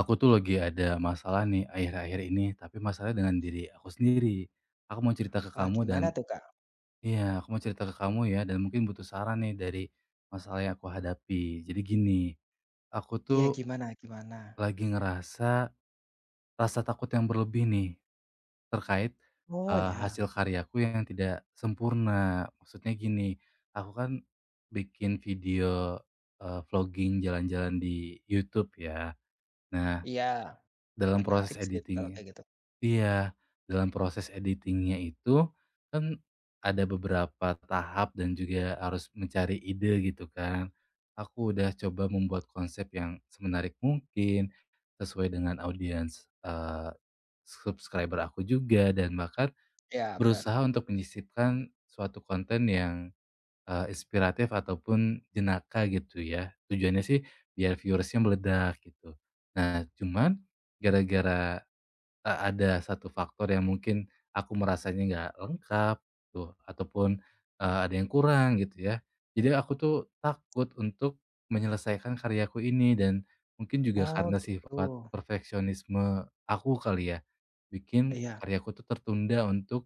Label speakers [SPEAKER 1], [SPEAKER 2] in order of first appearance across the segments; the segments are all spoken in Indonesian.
[SPEAKER 1] Aku tuh lagi ada masalah nih akhir-akhir ini, tapi masalahnya dengan diri aku sendiri. Aku mau cerita ke
[SPEAKER 2] Wah,
[SPEAKER 1] kamu dan
[SPEAKER 2] gimana tuh, Kak?
[SPEAKER 1] Iya, aku mau cerita ke kamu ya, dan mungkin butuh saran nih dari masalah yang aku hadapi. Jadi gini, aku tuh
[SPEAKER 2] Iya, gimana gimana?
[SPEAKER 1] lagi ngerasa rasa takut yang berlebih nih terkait
[SPEAKER 2] Oh, ya.
[SPEAKER 1] hasil karyaku yang tidak sempurna. Maksudnya gini, aku kan bikin vlogging jalan-jalan di YouTube ya. Nah,
[SPEAKER 2] Iya,
[SPEAKER 1] dalam proses
[SPEAKER 2] menarik sih itu kalau
[SPEAKER 1] editing
[SPEAKER 2] kayak gitu.
[SPEAKER 1] Iya, dalam proses editingnya itu, kan ada beberapa tahap dan juga harus mencari ide gitu kan. Aku udah coba membuat konsep yang semenarik mungkin, sesuai dengan audiens, subscriber aku juga, dan bahkan
[SPEAKER 2] Iya, benar.
[SPEAKER 1] berusaha untuk menyisipkan suatu konten yang, inspiratif ataupun jenaka gitu ya. Tujuannya sih biar viewersnya meledak gitu. Nah, cuman gara-gara ada satu faktor yang mungkin aku merasanya nggak lengkap tuh ataupun, ada yang kurang gitu ya. Jadi aku tuh takut untuk menyelesaikan karyaku ini, dan mungkin juga
[SPEAKER 2] Oh,
[SPEAKER 1] karena
[SPEAKER 2] gitu.
[SPEAKER 1] sifat perfeksionisme aku kali ya, bikin
[SPEAKER 2] Iya.
[SPEAKER 1] karyaku tuh tertunda untuk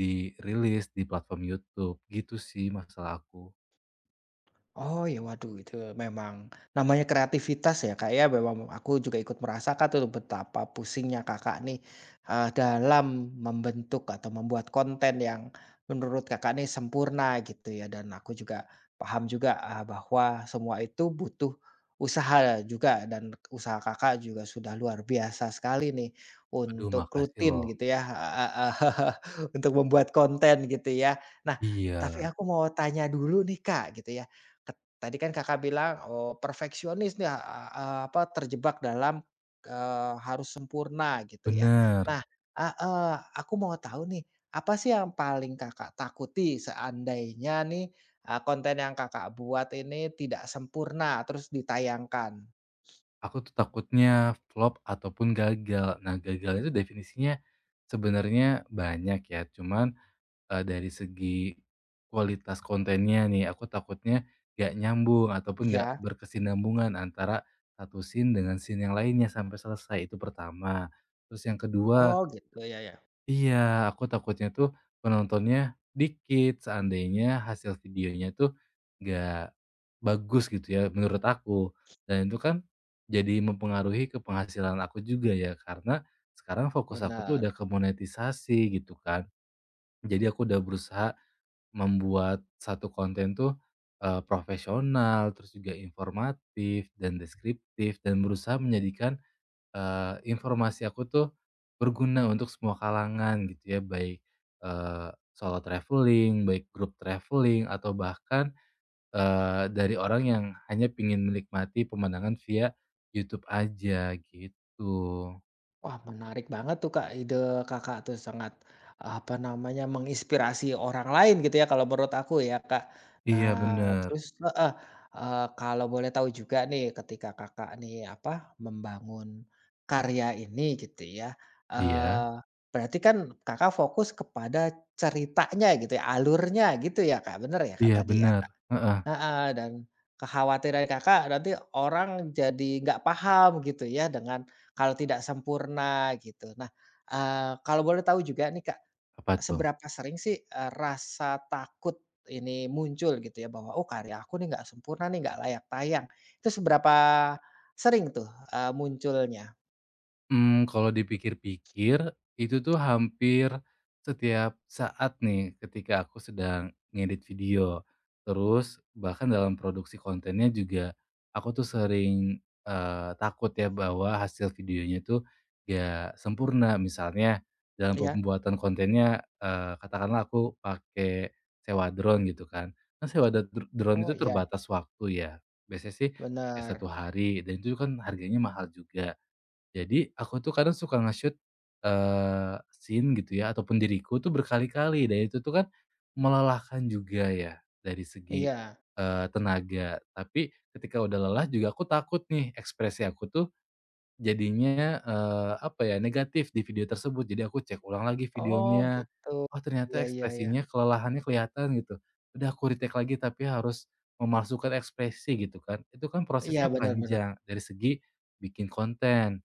[SPEAKER 1] dirilis di platform YouTube, gitu sih masalah aku.
[SPEAKER 2] Oh ya waduh itu memang namanya kreativitas ya Kak ya, memang aku juga ikut merasakan tuh betapa pusingnya Kakak nih, dalam membentuk atau membuat konten yang menurut Kakak nih sempurna gitu ya dan aku juga paham juga, bahwa semua itu butuh usaha juga dan usaha Kakak juga sudah luar biasa sekali nih
[SPEAKER 1] Aduh,
[SPEAKER 2] untuk
[SPEAKER 1] makasih
[SPEAKER 2] rutin
[SPEAKER 1] loh.
[SPEAKER 2] gitu ya, untuk membuat konten gitu ya. Nah, tapi
[SPEAKER 1] Iya,
[SPEAKER 2] aku mau tanya dulu nih Kak gitu ya, tadi kan Kakak bilang, oh perfeksionis nih, a a apa, terjebak dalam, harus sempurna gitu ya.
[SPEAKER 1] bener.
[SPEAKER 2] Nah, heeh, aku mau tahu nih, apa sih yang paling Kakak takuti seandainya nih, konten yang Kakak buat ini tidak sempurna terus ditayangkan?
[SPEAKER 1] Aku tuh takutnya flop ataupun gagal. Nah, gagal itu definisinya sebenarnya banyak ya, cuman, dari segi kualitas kontennya nih, aku takutnya gak nyambung ataupun gak
[SPEAKER 2] Ya.
[SPEAKER 1] berkesinambungan antara satu scene dengan scene yang lainnya sampai selesai, itu pertama. Terus yang kedua.
[SPEAKER 2] Oh gitu, ya ya,
[SPEAKER 1] Iya, aku takutnya tuh penontonnya dikit, seandainya hasil videonya tuh nggak bagus gitu ya menurut aku. Dan itu kan jadi mempengaruhi ke penghasilan aku juga ya, karena sekarang fokus aku tuh
[SPEAKER 2] benar.
[SPEAKER 1] udah ke monetisasi gitu kan. Jadi aku udah berusaha membuat satu konten tuh profesional, terus juga informatif dan deskriptif, dan berusaha menjadikan informasi aku tuh berguna untuk semua kalangan gitu ya, baik, solo traveling, baik grup traveling, atau bahkan, dari orang yang hanya pingin menikmati pemandangan via YouTube aja gitu.
[SPEAKER 2] Wah, menarik banget tuh, Kak, ide Kakak tuh sangat, apa namanya, menginspirasi orang lain gitu ya kalau menurut aku ya, Kak. Nah,
[SPEAKER 1] Iya, bener.
[SPEAKER 2] terus heeh, kalau boleh tahu juga nih ketika Kakak nih, apa, membangun karya ini gitu ya,
[SPEAKER 1] Iya.
[SPEAKER 2] eee, berarti kan Kakak fokus kepada ceritanya gitu ya, alurnya gitu ya, Kak, bener ya, Kak,
[SPEAKER 1] Iya,
[SPEAKER 2] tadi ya?
[SPEAKER 1] bener. Heeh.
[SPEAKER 2] Heeh, dan kekhawatiran Kakak nanti orang jadi nggak paham gitu ya dengan kalau tidak sempurna gitu. Nah, kalau boleh tahu juga nih Kak,
[SPEAKER 1] Apa tuh?
[SPEAKER 2] seberapa sering sih, rasa takut ini muncul gitu ya bahwa, "Oh karya aku nih nggak sempurna nih, nggak layak tayang." Itu seberapa sering tuh, munculnya?
[SPEAKER 1] Hmm, kalau dipikir-pikir, itu tuh hampir setiap saat nih ketika aku sedang ngedit video. Terus bahkan dalam produksi kontennya juga aku tuh sering, takut ya bahwa hasil videonya tuh gak sempurna. Misalnya dalam
[SPEAKER 2] Ya.
[SPEAKER 1] pembuatan kontennya, katakanlah aku pakai sewa drone gitu kan. Kan sewa da dr drone
[SPEAKER 2] Oh
[SPEAKER 1] itu
[SPEAKER 2] iya,
[SPEAKER 1] terbatas waktu ya, biasanya sih ya
[SPEAKER 2] benar.
[SPEAKER 1] satu hari, dan itu kan harganya mahal juga. Jadi aku tuh kadang suka nge-shoot, scene gitu ya ataupun diriku tuh berkali-kali, dan itu tuh kan melelahkan juga ya dari segi,
[SPEAKER 2] Iya.
[SPEAKER 1] tenaga. Tapi ketika udah lelah juga aku takut nih ekspresi aku tuh jadinya, apa ya, negatif di video tersebut. Jadi aku cek ulang lagi
[SPEAKER 2] Oh
[SPEAKER 1] videonya,
[SPEAKER 2] gitu.
[SPEAKER 1] oh ternyata
[SPEAKER 2] Iya iya iya.
[SPEAKER 1] ekspresinya kelelahannya kelihatan gitu. Udah aku retake lagi tapi harus memalsukan ekspresi gitu kan. Itu kan
[SPEAKER 2] Iya
[SPEAKER 1] prosesnya
[SPEAKER 2] benar benar.
[SPEAKER 1] panjang dari segi bikin konten.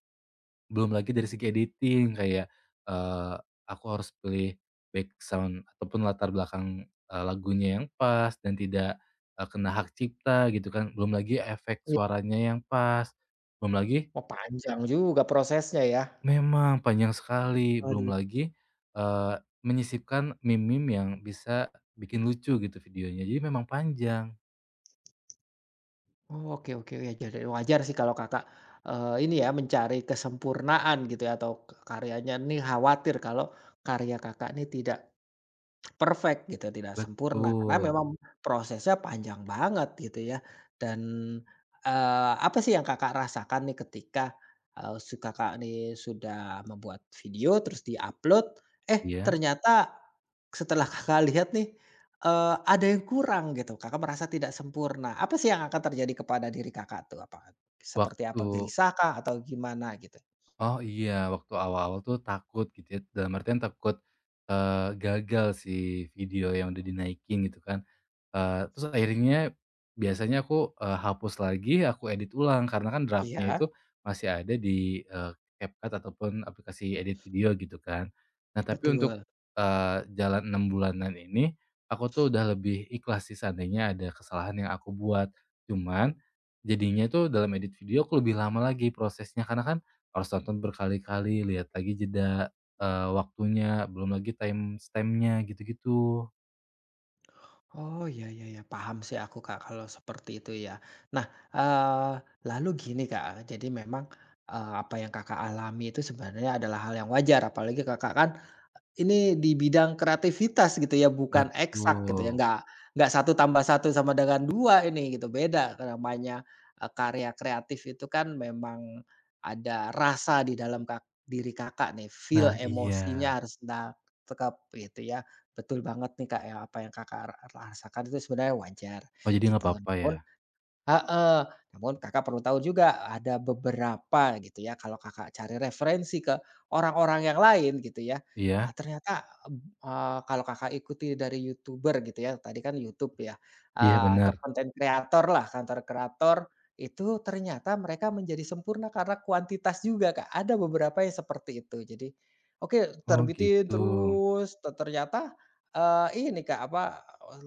[SPEAKER 1] Belum lagi dari segi editing kayak, eee, aku harus pilih background ataupun latar belakang, lagunya yang pas dan tidak, kena hak cipta gitu kan. Belum lagi efek
[SPEAKER 2] Iya.
[SPEAKER 1] suaranya yang pas, belum lagi
[SPEAKER 2] Oh, panjang juga prosesnya ya.
[SPEAKER 1] memang panjang sekali, belum
[SPEAKER 2] Aduh.
[SPEAKER 1] lagi, eee, menyisipkan meme-meme yang bisa bikin lucu gitu videonya. Jadi memang panjang.
[SPEAKER 2] Oh, oke oke, ya jadi wajar sih kalau Kakak, ini ya mencari kesempurnaan gitu ya atau karyanya ini khawatir kalau karya Kakak ini tidak perfect gitu, tidak sempurna, karena
[SPEAKER 1] Betul.
[SPEAKER 2] memang prosesnya panjang banget gitu ya. Dan, apa sih yang Kakak rasakan nih ketika, Kakak nih sudah membuat video terus diupload, eh
[SPEAKER 1] Iya,
[SPEAKER 2] ternyata setelah Kakak lihat nih, ada yang kurang gitu, Kakak merasa tidak sempurna. Apa sih yang akan terjadi kepada diri Kakak tuh? Apa seperti apa,
[SPEAKER 1] waktu.
[SPEAKER 2] gelisahkah atau gimana gitu?
[SPEAKER 1] Oh iya, waktu awal-awal tuh takut gitu ya, dalam artian takut, gagal si video yang udah dinaikin gitu kan. Terus akhirnya biasanya aku, hapus lagi, aku edit ulang karena kan draftnya
[SPEAKER 2] Iya,
[SPEAKER 1] itu masih ada di, CapCut ataupun aplikasi edit video gitu kan. Nah tapi untuk,
[SPEAKER 2] betul.
[SPEAKER 1] jalan 6 bulanan ini, aku tuh udah lebih ikhlas sih seandainya ada kesalahan yang aku buat. Cuman, jadinya tuh dalam edit video aku lebih lama lagi prosesnya karena kan harus nonton berkali-kali, lihat lagi jeda, waktunya, belum lagi time nya gitu-gitu.
[SPEAKER 2] Oh, ya ya ya, paham sih aku, Kak, kalau seperti itu ya. Nah, eee, lalu gini, Kak, jadi memang, apa yang Kakak alami itu sebenarnya adalah hal yang wajar, apalagi Kakak kan ini di bidang kreativitas gitu ya, bukan eksak gitu ya,
[SPEAKER 1] Betul.
[SPEAKER 2] nggak satu tambah satu sama dengan 2 ini gitu, beda namanya, karya kreatif itu kan memang ada rasa di dalam diri Kakak nih, feel
[SPEAKER 1] Nah,
[SPEAKER 2] emosinya
[SPEAKER 1] iya.
[SPEAKER 2] harus nangkep gitu ya. Betul banget nih Kak, ya apa yang Kakak rasakan itu sebenarnya wajar
[SPEAKER 1] Oh, jadi nggak
[SPEAKER 2] gitu.
[SPEAKER 1] apa-apa ya?
[SPEAKER 2] Namun heeh, namun Kakak perlu tahu juga ada beberapa gitu ya, kalau Kakak cari referensi ke orang-orang yang lain gitu ya, ah,
[SPEAKER 1] Iya?
[SPEAKER 2] ternyata, kalau Kakak ikuti dari youtuber gitu ya, tadi kan YouTube ya,
[SPEAKER 1] Iya,
[SPEAKER 2] atau
[SPEAKER 1] bener.
[SPEAKER 2] konten kreator lah, konten kreator, itu ternyata mereka menjadi sempurna karena kuantitas juga Kak, ada beberapa yang seperti itu. Jadi, oke
[SPEAKER 1] Oh
[SPEAKER 2] terbitin
[SPEAKER 1] gitu.
[SPEAKER 2] terus, ternyata, ini Kak, apa,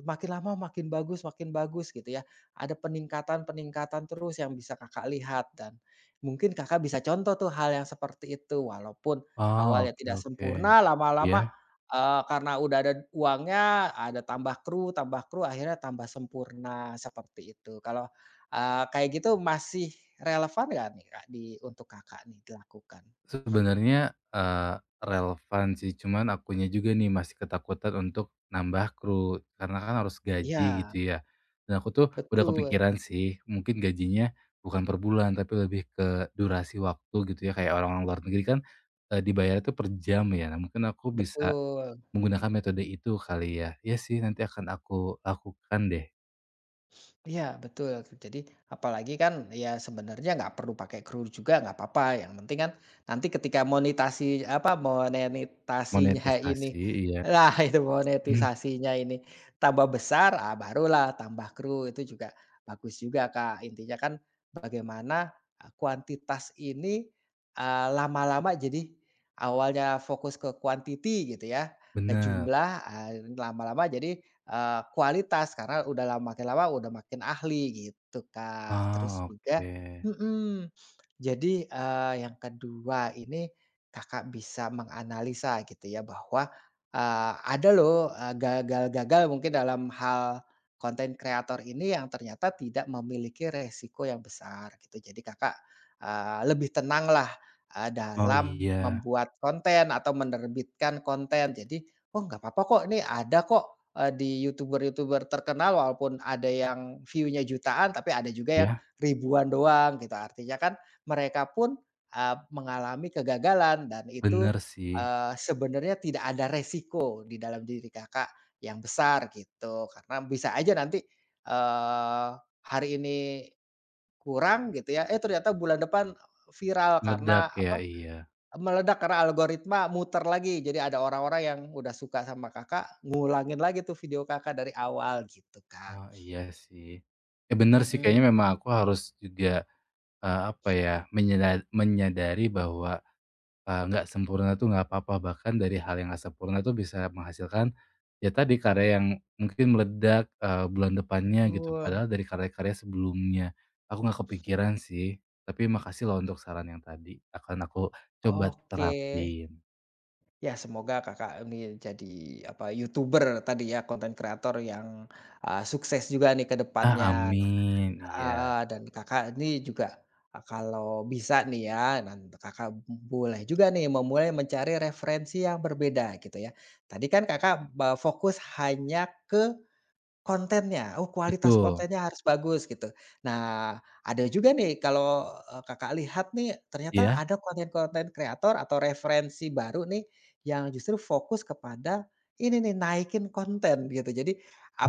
[SPEAKER 2] makin lama makin bagus gitu ya. Ada peningkatan-peningkatan terus yang bisa Kakak lihat dan mungkin Kakak bisa contoh tuh hal yang seperti itu walaupun
[SPEAKER 1] Oh,
[SPEAKER 2] awalnya
[SPEAKER 1] oke
[SPEAKER 2] tidak
[SPEAKER 1] oke.
[SPEAKER 2] sempurna
[SPEAKER 1] Iya?
[SPEAKER 2] lama-lama, karena udah ada uangnya, ada tambah kru akhirnya tambah sempurna seperti itu. Kalau, kayak gitu masih relevan nggak nih, Kak, untuk Kakak nih dilakukan?
[SPEAKER 1] Sebenarnya eee, relevan sih, cuman akunya juga nih masih ketakutan untuk nambah kru karena kan harus gaji
[SPEAKER 2] Iya,
[SPEAKER 1] gitu ya. Dan aku tuh udah
[SPEAKER 2] betul
[SPEAKER 1] kepikiran sih mungkin gajinya bukan per bulan tapi lebih ke durasi waktu gitu ya, kayak orang-orang luar negeri kan, dibayarnya tuh per jam ya. Nah mungkin aku bisa
[SPEAKER 2] betul.
[SPEAKER 1] menggunakan metode itu kali ya? Iya sih, nanti akan aku lakukan deh,
[SPEAKER 2] Iya betul. Jadi apalagi kan ya sebenarnya nggak perlu pakai kru juga nggak apa-apa, yang penting kan nanti ketika monetasi apa, monetisasinya ini
[SPEAKER 1] monetisasi iya,
[SPEAKER 2] lah itu
[SPEAKER 1] mhm,
[SPEAKER 2] monetisasinya ini tambah besar, ah, barulah tambah kru itu juga bagus juga, Kak. Intinya kan bagaimana, kuantitas ini, lama-lama jadi awalnya fokus ke quantity gitu ya, ke
[SPEAKER 1] bener.
[SPEAKER 2] jumlah, lama-lama jadi kualitas karena udah lama makin lama udah makin ahli gitu, Kak. Terus
[SPEAKER 1] Oh,
[SPEAKER 2] juga
[SPEAKER 1] oke.
[SPEAKER 2] mhm, jadi, yang kedua ini Kakak bisa menganalisa gitu ya bahwa, ada loh, gagal-gagal mungkin dalam hal konten kreator ini yang ternyata tidak memiliki resiko yang besar gitu. Jadi Kakak, lebih tenanglah,
[SPEAKER 1] Oh
[SPEAKER 2] dalam
[SPEAKER 1] iya,
[SPEAKER 2] membuat konten atau menerbitkan konten. Jadi, "Oh nggak apa-apa kok, ini ada kok, di youtuber-youtuber terkenal walaupun ada yang view-nya jutaan, tapi ada juga yang
[SPEAKER 1] ya?
[SPEAKER 2] ribuan doang gitu. Artinya kan mereka pun, mengalami kegagalan dan itu,
[SPEAKER 1] Bener sih,
[SPEAKER 2] sebenarnya tidak ada resiko di dalam diri Kakak yang besar gitu. Karena bisa aja nanti, eee, hari ini kurang gitu ya, eh ternyata bulan depan viral karena
[SPEAKER 1] meledak ya?
[SPEAKER 2] apa,
[SPEAKER 1] Iya.
[SPEAKER 2] meledak karena algoritma muter lagi. Jadi ada orang-orang yang udah suka sama Kakak, ngulangin lagi tuh video Kakak dari awal gitu, Kak.
[SPEAKER 1] Oh iya sih. Eh bener sih
[SPEAKER 2] Mhm,
[SPEAKER 1] kayaknya memang aku harus juga, apa ya, menyeda menyadari bahwa nggak sempurna tuh nggak apa-apa, bahkan dari hal yang nggak sempurna tuh bisa menghasilkan, ya tadi karya yang mungkin meledak, bulan depannya gitu,
[SPEAKER 2] betul.
[SPEAKER 1] padahal dari karya-karya sebelumnya. Aku nggak kepikiran sih, tapi makasih loh untuk saran yang tadi, akan aku coba
[SPEAKER 2] Oke.
[SPEAKER 1] terapin.
[SPEAKER 2] Ya semoga Kakak ini jadi, apa, YouTuber tadi ya, konten kreator yang, sukses juga nih ke
[SPEAKER 1] Ah,
[SPEAKER 2] depannya. Nah,
[SPEAKER 1] amin, iya.
[SPEAKER 2] heeh, dan Kakak ini juga, kalau bisa nih ya, Kakak boleh juga nih memulai mencari referensi yang berbeda gitu ya. Tadi kan Kakak, fokus hanya ke kontennya, oh kualitas
[SPEAKER 1] Betul.
[SPEAKER 2] kontennya harus bagus gitu. Nah, ada juga nih kalau, Kakak lihat nih ternyata
[SPEAKER 1] Ya.
[SPEAKER 2] ada konten-konten kreator atau referensi baru nih yang justru fokus kepada ini nih naikin konten gitu. Jadi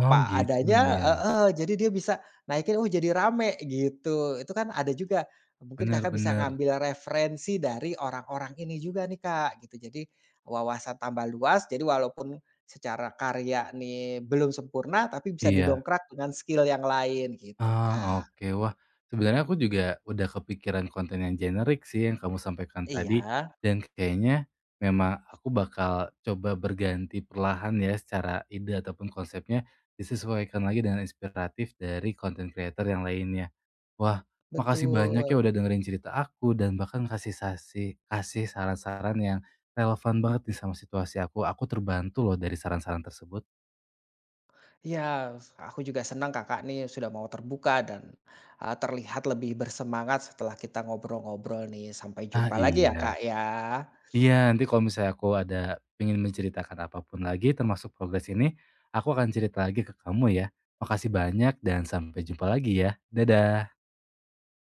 [SPEAKER 1] Oh gitu
[SPEAKER 2] adanya
[SPEAKER 1] ya?
[SPEAKER 2] heeh, jadi dia bisa naikin, oh jadi rame gitu. Itu kan ada juga, mungkin
[SPEAKER 1] Bener
[SPEAKER 2] Kakak bisa
[SPEAKER 1] bener.
[SPEAKER 2] ngambil referensi dari orang-orang ini juga nih Kak gitu. Jadi wawasan tambah luas, jadi walaupun secara karya nih belum sempurna, tapi bisa
[SPEAKER 1] Iya.
[SPEAKER 2] didongkrak dengan skill yang lain gitu,
[SPEAKER 1] Ah,
[SPEAKER 2] Kak.
[SPEAKER 1] oke. Wah, sebenarnya aku juga udah kepikiran konten yang generik sih yang kamu sampaikan tadi,
[SPEAKER 2] Iya,
[SPEAKER 1] dan kayaknya memang aku bakal coba berganti perlahan ya secara ide ataupun konsepnya disesuaikan lagi dengan inspiratif dari konten creator yang lainnya. Wah, makasih banyak ya
[SPEAKER 2] betul.
[SPEAKER 1] udah dengerin cerita aku dan bahkan kasih saran-saran yang relevan banget nih sama situasi aku. Aku terbantu loh dari saran-saran tersebut.
[SPEAKER 2] Iya, aku juga senang Kakak nih sudah mau terbuka dan, terlihat lebih bersemangat setelah kita ngobrol-ngobrol nih. Sampai
[SPEAKER 1] Ah,
[SPEAKER 2] jumpa lagi ya, Kak,
[SPEAKER 1] iya.
[SPEAKER 2] ya.
[SPEAKER 1] Iya, nanti kalau misalnya aku ada ingin menceritakan apapun lagi termasuk progres ini, aku akan cerita lagi ke kamu ya. Makasih banyak dan sampai jumpa lagi ya. Dadah.